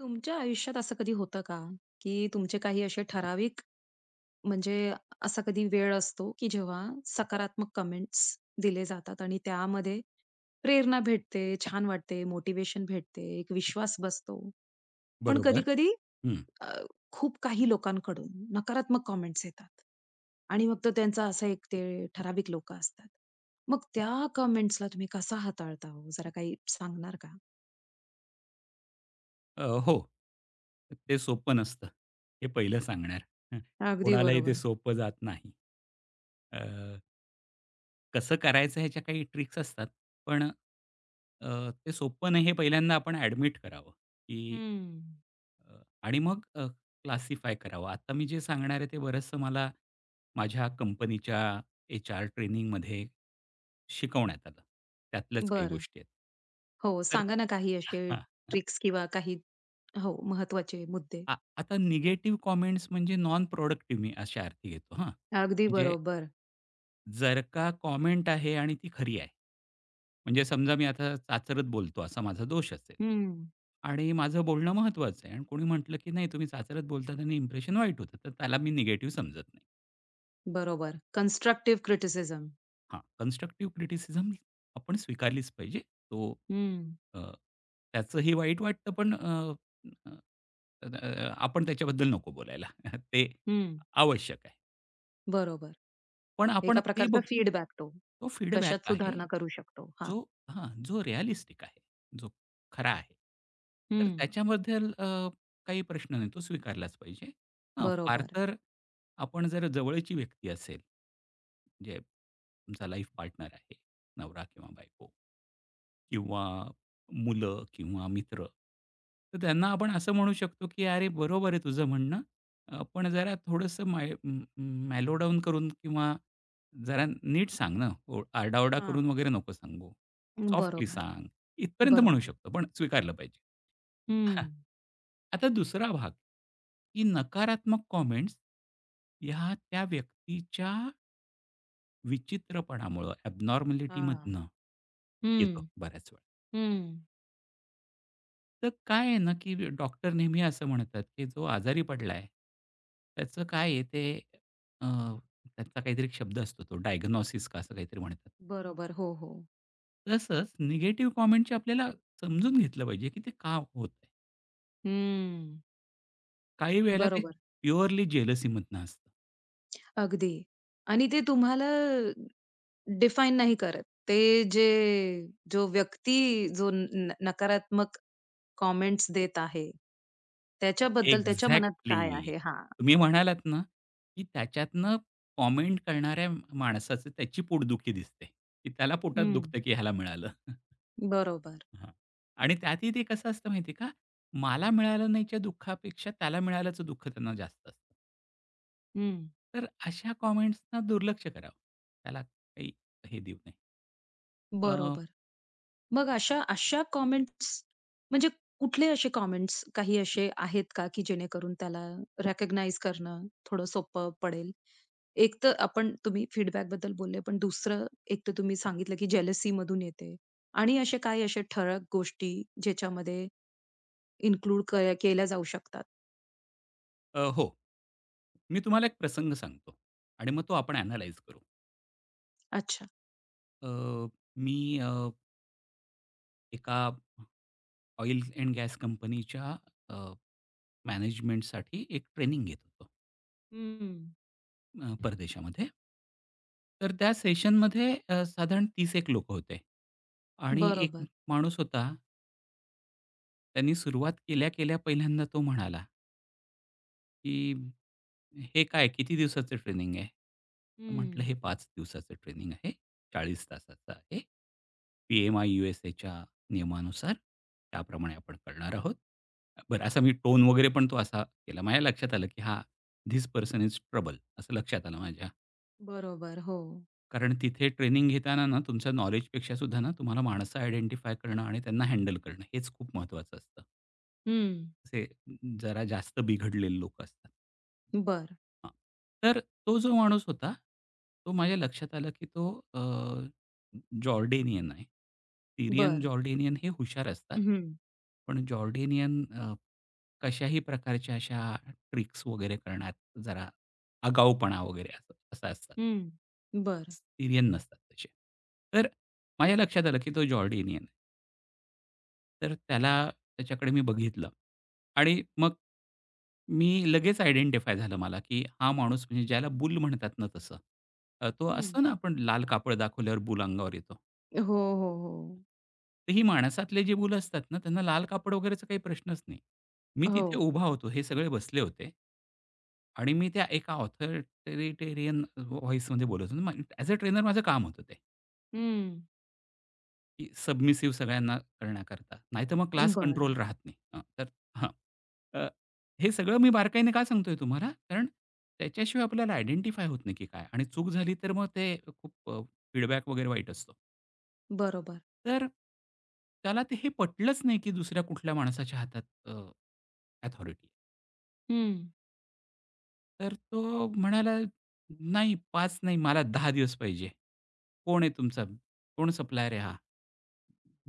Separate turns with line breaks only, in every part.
तुमच्या आयुष्यात असं कधी होतं का, की तुमचे काही असे ठराविक म्हणजे असा कधी वेळ असतो, की जेव्हा सकारात्मक कमेंट्स दिले जातात आणि त्यामध्ये प्रेरणा भेटते, छान वाटते, मोटिवेशन भेटते, एक विश्वास बसतो. पण
बरोबर.
कधी-कधी
हं.
अ, खूप काही लोकांकडून नकारात्मक कमेंट्स येतात आणि मग तो त्यांचा असा एक ते ठराविक लोकं असतात. मग त्या कमेंट्सला तुम्ही कसा हाताळता हो? जरा काही सांगणार का?
हो. ते सोपं नसतं. हे पहिलं सांगणार. हं. कोणालाही ते सोपं जात नाही. अ, कसं करायचं ह्याच्या काही ट्रिक्स असतात. पण ते सोपं नाही हे पहिल्यांदा आपण ॲडमिट करावं, की
हं.
अ, आणि मग क्लासिफाय करावं. आता मी जे सांगणार आहे ते बरचसं मला माझ्या कंपनीच्या एच-आर ट्रेनिंगमध्ये शिकवण्यात आलं. त्यातल्याच काही
बरं.
गोष्टी आहेत.
हो, सांगा ना काही असे
तर
ट्रिक्स किंवा काही हो, महत्त्वाचे मुद्दे.
आता निगेटिव्ह कॉमेंट्स म्हणजे नॉन प्रॉडक्टिव्ह मी अशा अर्थी घेतो हां.
अगदी
म्हणजे
बरोबर.
जर का कॉमेंट आहे आणि ती खरी आहे. म्हणजे समजा मी आता चाचरत बोलतो असा माझा दोष असेल
हं,
आणि माझं बोलणं महत्त्वाचं आहे आणि कोणी म्हटलं की "नाही तुम्ही चाचरत बोलतात आणि इम्प्रेशन वाईट होतं." तर त्याला मी निगेटिव्ह समजत नाही.
बरोबर. Constructive criticism.
हां, कन्स्ट्रक्टिव्ह क्रिटिसिझम आपण स्वीकारलीच पाहिजे. तो
हं,
अ, त्याचंही वाईट वाटतं पण अ, अ, अ, आपण त्याच्याबद्दल नको बोलायला. ते
हं.
आवश्यक आहे.
बरोबर.
पण आपण
एका
ते
प्रकारचा
बघतो.
फीडबॅक तो.
तो फीडबॅक
कशात
आहे
सुधारणा करू शकतो. हा,
जो जो रिअलिस्टिक आहे, जो खरा आहे. तर
हं.
त्याच्याबद्दल काही प्रश्न नाही, तो स्वीकारलाच पाहिजे. हां, फार
बरोबर.
तर आपण जर जवळची व्यक्ती असेल, म्हणजे तुमचा लाईफ पार्टनर आहे, नवरा किंवा बायको. किंवा मुलं किंवा मित्र. तर त्यांना आपण असं म्हणू शकतो, की "अरे, बरोबर आहे तुझं म्हणणं, पण जरा थोडंसं माय म करून किंवा जरा नीट सांग ना, ओ आरडाओरडा करून
हां.
वगैरे नको सांगू. सॉफ्टली
बरोबर,
सांग." इथपर्यंत म्हणू
बरोबर.
शकतो, पण स्वीकारलं पाहिजे.
हं.
हां. आता दुसरा भाग, की नकारात्मक कॉमेंट्स ह्या त्या व्यक्तीच्या विचित्रपणामुळं,
हां.
एबनॉर्मॅलिटीमधनं
हं,
येतो बऱ्याच वेळा.
हं.
तर काय आहे ना, की डॉक्टर नेहमी असं म्हणतात, की जो आजारी पडलाय, त्याचं काय आहे ते अ, त्यांचा काहीतरी एक शब्द असतो तो डायग्नोसिस का असं काहीतरी म्हणतात.
बरोबर. हो, हो.
तसंच निगेटिव्ह कॉमेंटची आपल्याला समजून घेतलं पाहिजे, की ते का होतंय.
हं.
काही वेळेला ते
बरोबर.
प्युअरली जेलसीमधनं असतं.
अगदी. आणि ते तुम्हाला डिफाईन नाही करत. ते जे जो व्यक्ती जो न न- नकारात्मक कमेंट्स देत आहे, त्याच्याबद्दल त्याच्या मनात काय
एक्झॅक्टली.
आहे? हां.
तुम्ही म्हणालात ना, की त्याच्यातनं कॉमेंट करणाऱ्या माणसाचं त्याची पोटदुखी दिसते, की त्याला पोटात
हं.
दुखतं, की ह्याला मिळालं.
बरोबर.
हां. आणि त्यातही ते कसं असतं माहिती आहे का? मला मिळालं नाहीच्या दुःखापेक्षा त्याला मिळाल्याचं दुःख त्यांना जास्त असतं.
हं.
तर अशा कॉमेंट्सना दुर्लक्ष करावं. त्याला काही हे देऊ नये. अ,
बरोबर. मग अशा अशा कॉमेंट्स म्हणजे कुठले असे कॉमेंट्स काही असे आहेत का, की जेणेकरून त्याला रिकॉग्नाइज करणं थोडं सोपं पडेल? एक तर आपण तुम्ही फीडबॅकबद्दल बोलले, पण दुसरं एक तर तुम्ही सांगितलं, की जेलसीमधून येते आणि असे काही असे ठळक गोष्टी ज्याच्यामध्ये इन्क्लूड केल्या जाऊ शकतात?
अ, हो. मी तुम्हाला एक प्रसंग सांगतो आणि मग तो आपण ॲनलाईज करू.
अच्छा.
अ, मी अ, एका ऑइल अँड गॅस कंपनीच्या मॅनेजमेंटसाठी एक ट्रेनिंग घेत होतो
हं.
परदेशामध्ये. तर त्या सेशनमध्ये साधारण 30 एक लोकं होते आणि एक
बरोबर.
माणूस होता त्यांनी सुरुवात केल्या, पहिल्यांदा तो म्हणाला, की "हे काय किती दिवसाचं ट्रेनिंग आहे?" तर म्हटलं,
हं.
"हे 5 दिवसाचं ट्रेनिंग आहे. 40 तासाचं आहे. पी-एम-आय-यू-एस-एच्या नियमानुसार त्याप्रमाणे आपण करणार आहोत." बरं असा मी टोन वगैरे पण तो असा केला. माझ्या लक्षात आलं, की हा धिस पर्सन इज ट्रबल असं लक्षात आलं माझ्या.
बरोबर, हो.
कारण तिथे ट्रेनिंग घेताना ना, तुमच्या नॉलेजपेक्षा सुद्धा ना, तुम्हाला माणसं आयडेंटिफाय करणं आणि त्यांना हँडल करणं हेच खूप महत्त्वाचं असतं.
हं.
असे जरा जास्त बिघडलेले लोकं असतात.
बरं,
हां. तर तो जो माणूस होता, तो माझ्या लक्षात आला, की तो अ, जॉर्डेनियन आहे. सीरियन,
बरं.
जॉर्डेनियन हे हुशार असतात.
हं,
पण जॉर्डेनियन कशाही प्रकारच्या अशा ट्रिक्स वगैरे करण्यात जरा आगाऊपणा वगैरे असं असं असतात.
हं. बरं.
सिरियन नसतात तसे. तर माझ्या लक्षात आलं, की तो जॉर्डिनियन आहे. तर त्याला त्याच्याकडे मी बघितलं आणि मग मी लगेच आयडेंटिफाय झालं मला, की हा माणूस म्हणजे ज्याला बुल म्हणतात ना तसं. तो
हं.
असतो ना आपण लाल कापड दाखवल्यावर बुल अंगावर येतो.
हो, हो, हो.
तर ही माणसातले जे बुल असतात ना त्यांना लाल कापड वगैरेचा काही प्रश्नच नाही. मी
हो.
तिथे उभा होतो. हे सगळे बसले होते. आणि मी त्या एका ऑथॉरिटेरियन व्हॉईसमध्ये बोलत होतो. ॲज अ ट्रेनर माझं काम होतं ते.
हं.
की सबमिसिव्ह सगळ्यांना करण्याकरता. नाहीतर मग क्लास
बरं.
कंट्रोल राहत नाही. हां, तर हां. अ, हे सगळं मी बारकाईने का सांगतोय तुम्हाला? कारण त्याच्याशिवाय आपल्याला आयडेंटिफाय होत नाही की काय आणि चूक झाली तर मग ते खूप फीडबॅक वगैरे वाईट असतो.
बरोबर.
तर त्याला ते हे पटलंच नाही की दुसऱ्या कुठल्या माणसाच्या हातात अथॉरिटी
हं.
तर तो म्हणाला, "नाही 5 नाही मला 10 दिवस पाहिजे." कोण आहे तुमचा? कोण सप्लायर आहे हा?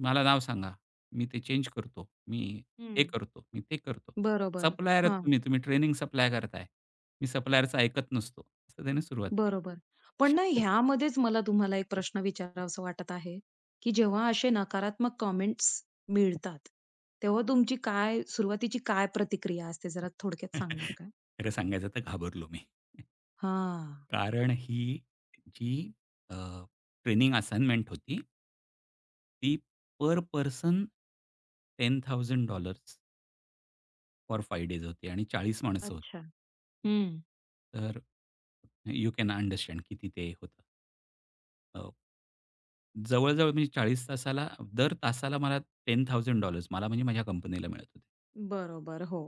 मला नाव सांगा. मी ते चेंज करतो. मी
हं.
हे करतो, मी ते करतो.
बरोबर.
सप्लायर आहात
हां,
तुम्ही. तुम्ही ट्रेनिंग सप्लाय करताय. मी सप्लायरचं ऐकत नसतो. असं त्याने सुरुवात केली.
बरोबर. पण ना ह्यामध्येच मला तुम्हाला एक प्रश्न विचारावासा वाटत आहे, की जेव्हा असे नकारात्मक कमेंट्स मिळतात, तेव्हा तुमची काय सुरुवातीची काय प्रतिक्रिया असते जरा थोडक्यात सांगणार का?
खरं सांगायचं तर घाबरलो मी.
हां.
कारण ही जी ट्रेनिंग असाइनमेंट होती, ती पर्सन $10,000 फॉर 5 डेज होती आणि 40 माणसं होती.
अच्छा. हं.
तर यू कॅन अंडरस्टँड किती ते होतं. अ, जवळ-जवळ म्हणजे 40 तासाला दर तासाला मला $10,000 मला म्हणजे माझ्या कंपनीला मिळत होते.
बरोबर. हो.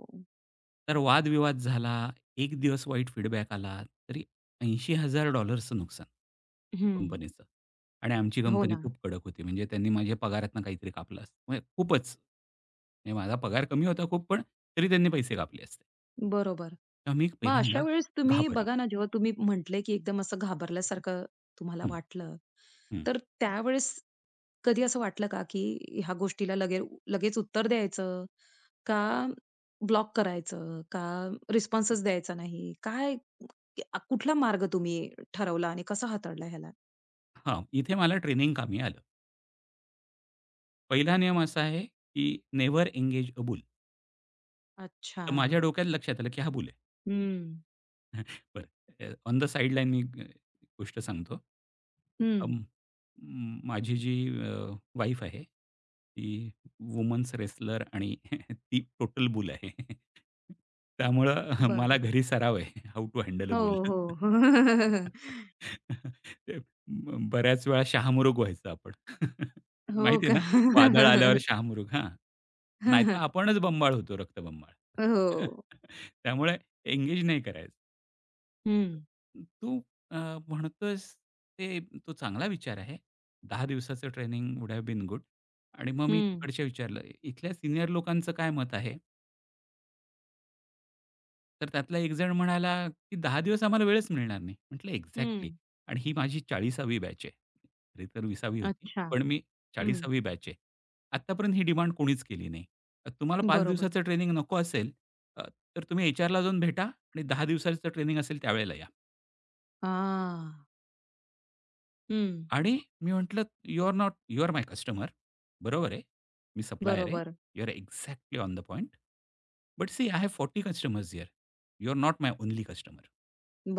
तर वादविवाद झाला, एक दिवस वाईट फीडबॅक आला, तरी $80,000चं नुकसान
हं.
कंपनीचं. आणि आमची
हो
कंपनी
ना.
खूप कडक होती. म्हणजे त्यांनी माझ्या पगारातनं काहीतरी कापलं असतं. म्हणजे खूपच. म्हणजे माझा पगार कमी होता खूप, पण तरी त्यांनी पैसे कापले असते.
बरोबर.
तेव्हा मी
मग अशा
पहिल्यांदा
वेळेस तुम्ही
घाबरलो.
बघा ना, जेव्हा तुम्ही म्हटले, की एकदम असं घाबरल्यासारखं तुम्हाला
हं,
वाटलं,
हं.
तर त्यावेळेस कधी असं वाटलं का, की ह्या गोष्टीला लगेच उत्तर द्यायचं, का ब्लॉक करायचं, का रिस्पॉन्सच द्यायचा नाही? काय कुठला मार्ग तुम्ही ठरवला आणि कसा हाताळला ह्याला?
हां, इथे मला ट्रेनिंग कामी आलं. पहिला नियम असा आहे, की नेव्हर एंगेज अ बुल.
अच्छा.
तर माझ्या डोक्यात लक्षात आलं, की हा बुल आहे.
हं.
बरं ऑन द साइड लाईन मी गोष्ट सांगतो.
हं.
अं, माझी जी अ, वाईफ आहे, ती वुमन्स रेसलर आणि ती टोटल बुल आहे. त्यामुळं मला
बरं.
घरी सराव आहे, हाऊ टू हँडल अ
हो,
बुल.
हो.
ते बऱ्याच वेळा शहामुरुग व्हायचं आपण.
हो
माहिती आहे
का?
ना, वादळ आल्यावर शहामुरुग. हां. नाहीतर आपणच बंबाळ होतो, रक्तबंबाळ.
हो.
त्यामुळे एंगेज नाही करायचं.
हं.
तू अ, म्हणतोयस ते तो चांगला विचार आहे. 10 दिवसाचं training would have been good आणि मग मी
हं.
तिकडच्या विचारलं, "इथल्या सीनियर लोकांचं काय मत आहे?" तर त्यातला एक जण म्हणाला, की 10 दिवस आम्हाला वेळच मिळणार नाही." म्हटलं, "एक्झॅक्टली."
हं.
आणि ही माझी 40वी बॅच आहे. खरी तर 20वी होती,
अच्छा.
पण मी
हं.
40वी बॅच आहे. आत्तापर्यंत ही डिमांड कोणीच केली नाही. तुम्हाला 5
बरोबर.
दिवसाचं ट्रेनिंग नको असेल, अ, तर तुम्ही एचआरला जाऊन भेटा आणि 10 दिवसाचं ट्रेनिंग असेल त्यावेळेला या.
आ, हं.
आणि मी म्हटलं, यू आर माय कस्टमर. बरोबर आहे, मी सप्लायर आहे.
बरोबर,
you are exactly on the point. But see I have 40 customers here. You are not my only customer."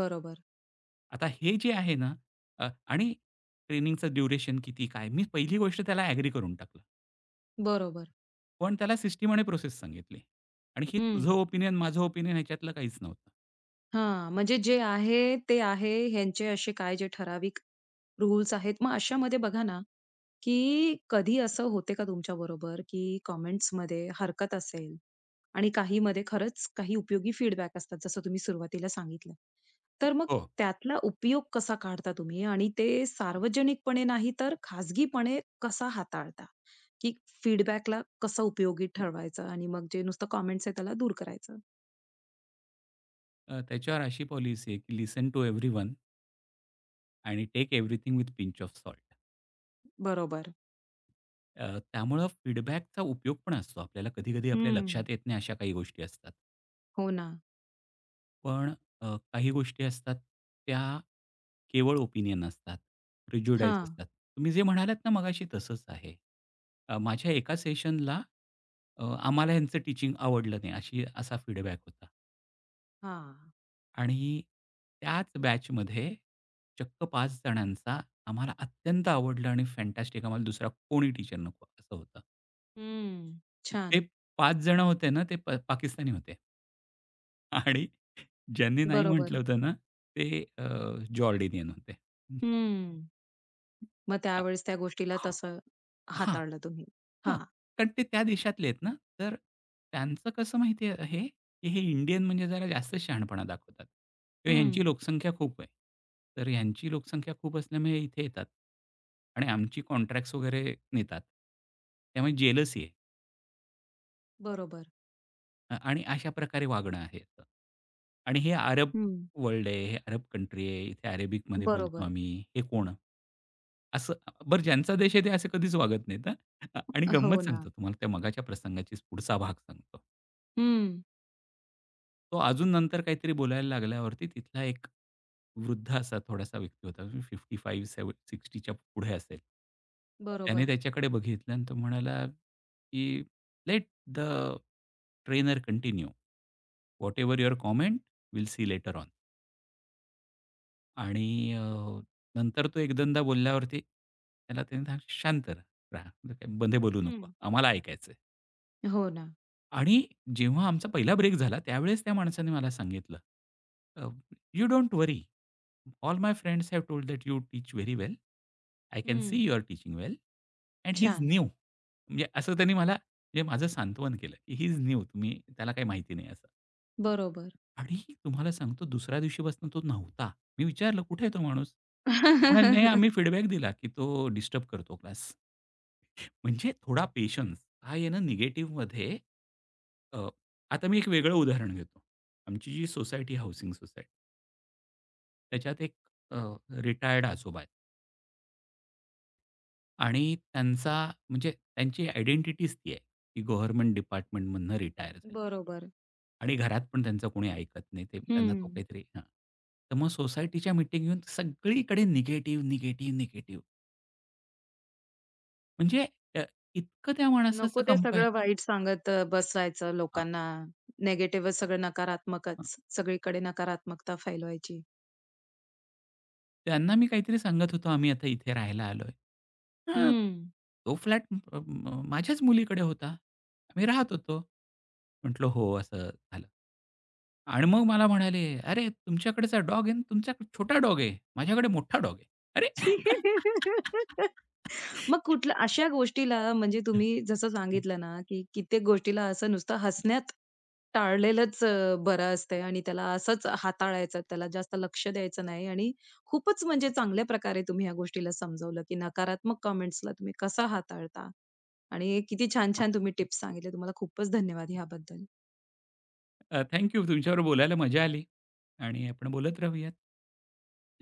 बरोबर,
आता हे जे आहे ना आणि ट्रेनिंगचं ड्युरेशन किती, काय? मी पहिली गोष्ट त्याला ॲग्री करून टाकलं.
बरोबर.
पण त्याला सिस्टीम आणि प्रोसेस सांगितली आणि हे तुझं
हं.
ओपिनियन, माझं ओपिनियन ह्याच्यातलं काहीच नव्हतं.
हां. म्हणजे जे आहे ते आहे. ह्यांचे असे काय जे ठराविक रूल्स आहेत. मग अशामध्ये बघा ना की कधी असं होते का तुमच्या बरोबर की कमेंट्समध्ये हरकत असेल आणि काही काहीमध्ये खरंच काही उपयोगी फीडबॅक असतात, जसं तुम्ही सुरुवातीला सांगितलं. तर मग
हो.
त्यातला उपयोग कसा काढता तुम्ही आणि ते सार्वजनिकपणे नाही, तर खाजगीपणे कसा हाताळता? की फीडबॅकला कसा उपयोगी ठरवायचा आणि मग जे नुसतं कमेंट्स आहे त्याला दूर करायचं?
त्याच्यावर अशी पॉलिसी आहे की लिसन टू एव्हरीवन आणि take everything with pinch of salt.
बरोबर.
त्यामुळं फीडबॅकचा उपयोग पण असतो आपल्याला. कधी-कधी आपल्या
हं.
लक्षात येत नाही अशा काही गोष्टी असतात.
हो ना.
पण काही गोष्टी असतात त्या केवळ ओपिनियन असतात, प्रिज्युडाइज
हां.
असतात. तुम्ही जे म्हणालात ना मगाशी तसंच आहे. माझ्या एका सेशनला आम्हाला ह्यांचं टीचिंग आवडलं नाही असा फीडबॅक होता
हां.
आणि त्याच बॅचमध्ये चक्क 5 जणांचा आम्हाला अत्यंत आवडलं आणि फॅन्टास्टिक आम्हाला दुसरा कोणी टीचर नको असं होतं.
हं.
ते
छान.
5 जण होते ना ते पाकिस्तानी होते आणि ज्यांनी नाही म्हटलं
बरोबर.
होतं ना ते होते.
हं. मग त्यावेळेस त्या गोष्टीला तसं
हां.
हाताळलं तुम्ही.
हां.
हां.
कारण ते त्या देशातले आहेत ना, तर त्यांचं कसं माहिती आहे हे, की हे इंडियन म्हणजे जरा जास्तच शहाणपणा दाखवतात. किंवा
हं.
ह्यांची लोकसंख्या खूप आहे. तर ह्यांची लोकसंख्या खूप असल्यामुळे इथे येतात आणि आमची कॉन्ट्रॅक्ट्स वगैरे नेतात. त्यामुळे जेलसी आहे.
बरोबर.
आणि अशा प्रकारे वागणं आहे याचं. आणि हे अरब
हं.
वर्ल्ड आहे, हे अरब कंट्री आहे, इथे अरेबिकमध्ये बोलतो
बरोबर.
आम्ही. हे कोण? असं बरं ज्यांचा देश आहे ते असे कधीच वागत नाहीत हां. आणि
हो
गंमत
ना.
सांगतो तुम्हाला त्या मघाच्या प्रसंगाचीच पुढचा भाग सांगतो.
हं.
तो अजून नंतर काहीतरी बोलायला लागल्यावरती तिथला एक वृद्ध असा थोडासा व्यक्ती होता. 55 सेव 60च्या पुढे असेल. त्याने
बरोबर.
त्याच्याकडे बघितलं आणि तो म्हणाला, की "let the trainer continue. Whatever your comment will see later on." आणि अ, नंतर तो एक दोनदा बोलल्यावरती त्याला त्याने सांग "शांत राहा, काही मध्ये बोलू
हं.
नको. आम्हाला ऐकायचं आहे."
हो ना.
आणि जेव्हा आमचा पहिला ब्रेक झाला त्यावेळेस त्या माणसाने मला सांगितलं, अ, "you don't worry. All my friends have told that you teach very well. I can
हं.
See you are teaching well and he is
छान.
न्यू." म्हणजे असं त्यांनी मला म्हणजे माझं सांत्वन केलं, की ही इज न्यू. तुम्ही त्याला काही माहिती नाही असं.
बरोबर.
आणि तुम्हाला सांगतो दुसऱ्या दिवशीपासून तो नव्हता. मी विचारलं, "कुठे आहे तो माणूस?" म्हणाले, "नाही, आम्ही फीडबॅक दिला, की तो डिस्टर्ब करतो क्लास." म्हणजे थोडा पेशन्स. काय आहे ना निगेटिव्हमध्ये अ, आता मी एक वेगळं उदाहरण घेतो. आमची जी सोसायटी हाउसिंग सोसायटी त्याच्यात एक रिटायर्ड आजोबा आहेत आणि त्यांचा म्हणजे त्यांची आयडेंटिटीच ती आहे, की गव्हर्नमेंट डिपार्टमेंटमधनं रिटायर झाले.
बरोबर.
आणि घरात पण त्यांचं कोणी ऐकत नाही. ते त्यांना तो
हं.
काहीतरी हां. तर मग सोसायटीच्या मीटिंग घेऊन सगळीकडे निगेटिव्ह, निगेटिव्ह, निगेटिव्ह. म्हणजे अ, इतकं त्या माणसाचं
नको ते
कंपेअर
सगळं वाईट सांगत बसायचं
हां,
लोकांना. निगेटिव्हच सगळं
हां.
नकारात्मकच. सगळीकडे नकारात्मकता फैलवायची.
त्यांना मी काहीतरी सांगत होतो, "आम्ही आता इथे राहायला आलोय." "हां,
हं.
तो फ्लॅट माझ्याच मुलीकडे होता. आम्ही राहत होतो." म्हटलं, "हो, असं झालं." आणि मग मला म्हणाले, "अरे, तुमच्याकडचा डॉग आहे ना, तुमचा छोटा डॉग आहे. माझ्याकडे मोठा डॉग आहे." अरे!
छी. मग कुठल्या अशा गोष्टीला म्हणजे
हं,
तुम्ही जसं
हं.
सांगितलं ना, की कित्येक गोष्टीला असं नुसतं हसण्यात टाळलेलंच बरं असतंय आणि त्याला असंच हाताळायचं, त्याला जास्त लक्ष द्यायचं नाही आणि खूपच म्हणजे चांगल्या प्रकारे तुम्ही ह्या गोष्टीला समजवलं, की नकारात्मक कमेंट्सला तुम्ही कसं हाताळता आणि किती छान-छान तुम्ही टिप्स सांगितले. तुम्हाला खूपच धन्यवाद ह्याबद्दल.
Thank you. बोलायला मजा आली आणि आपण बोलत राहूयात.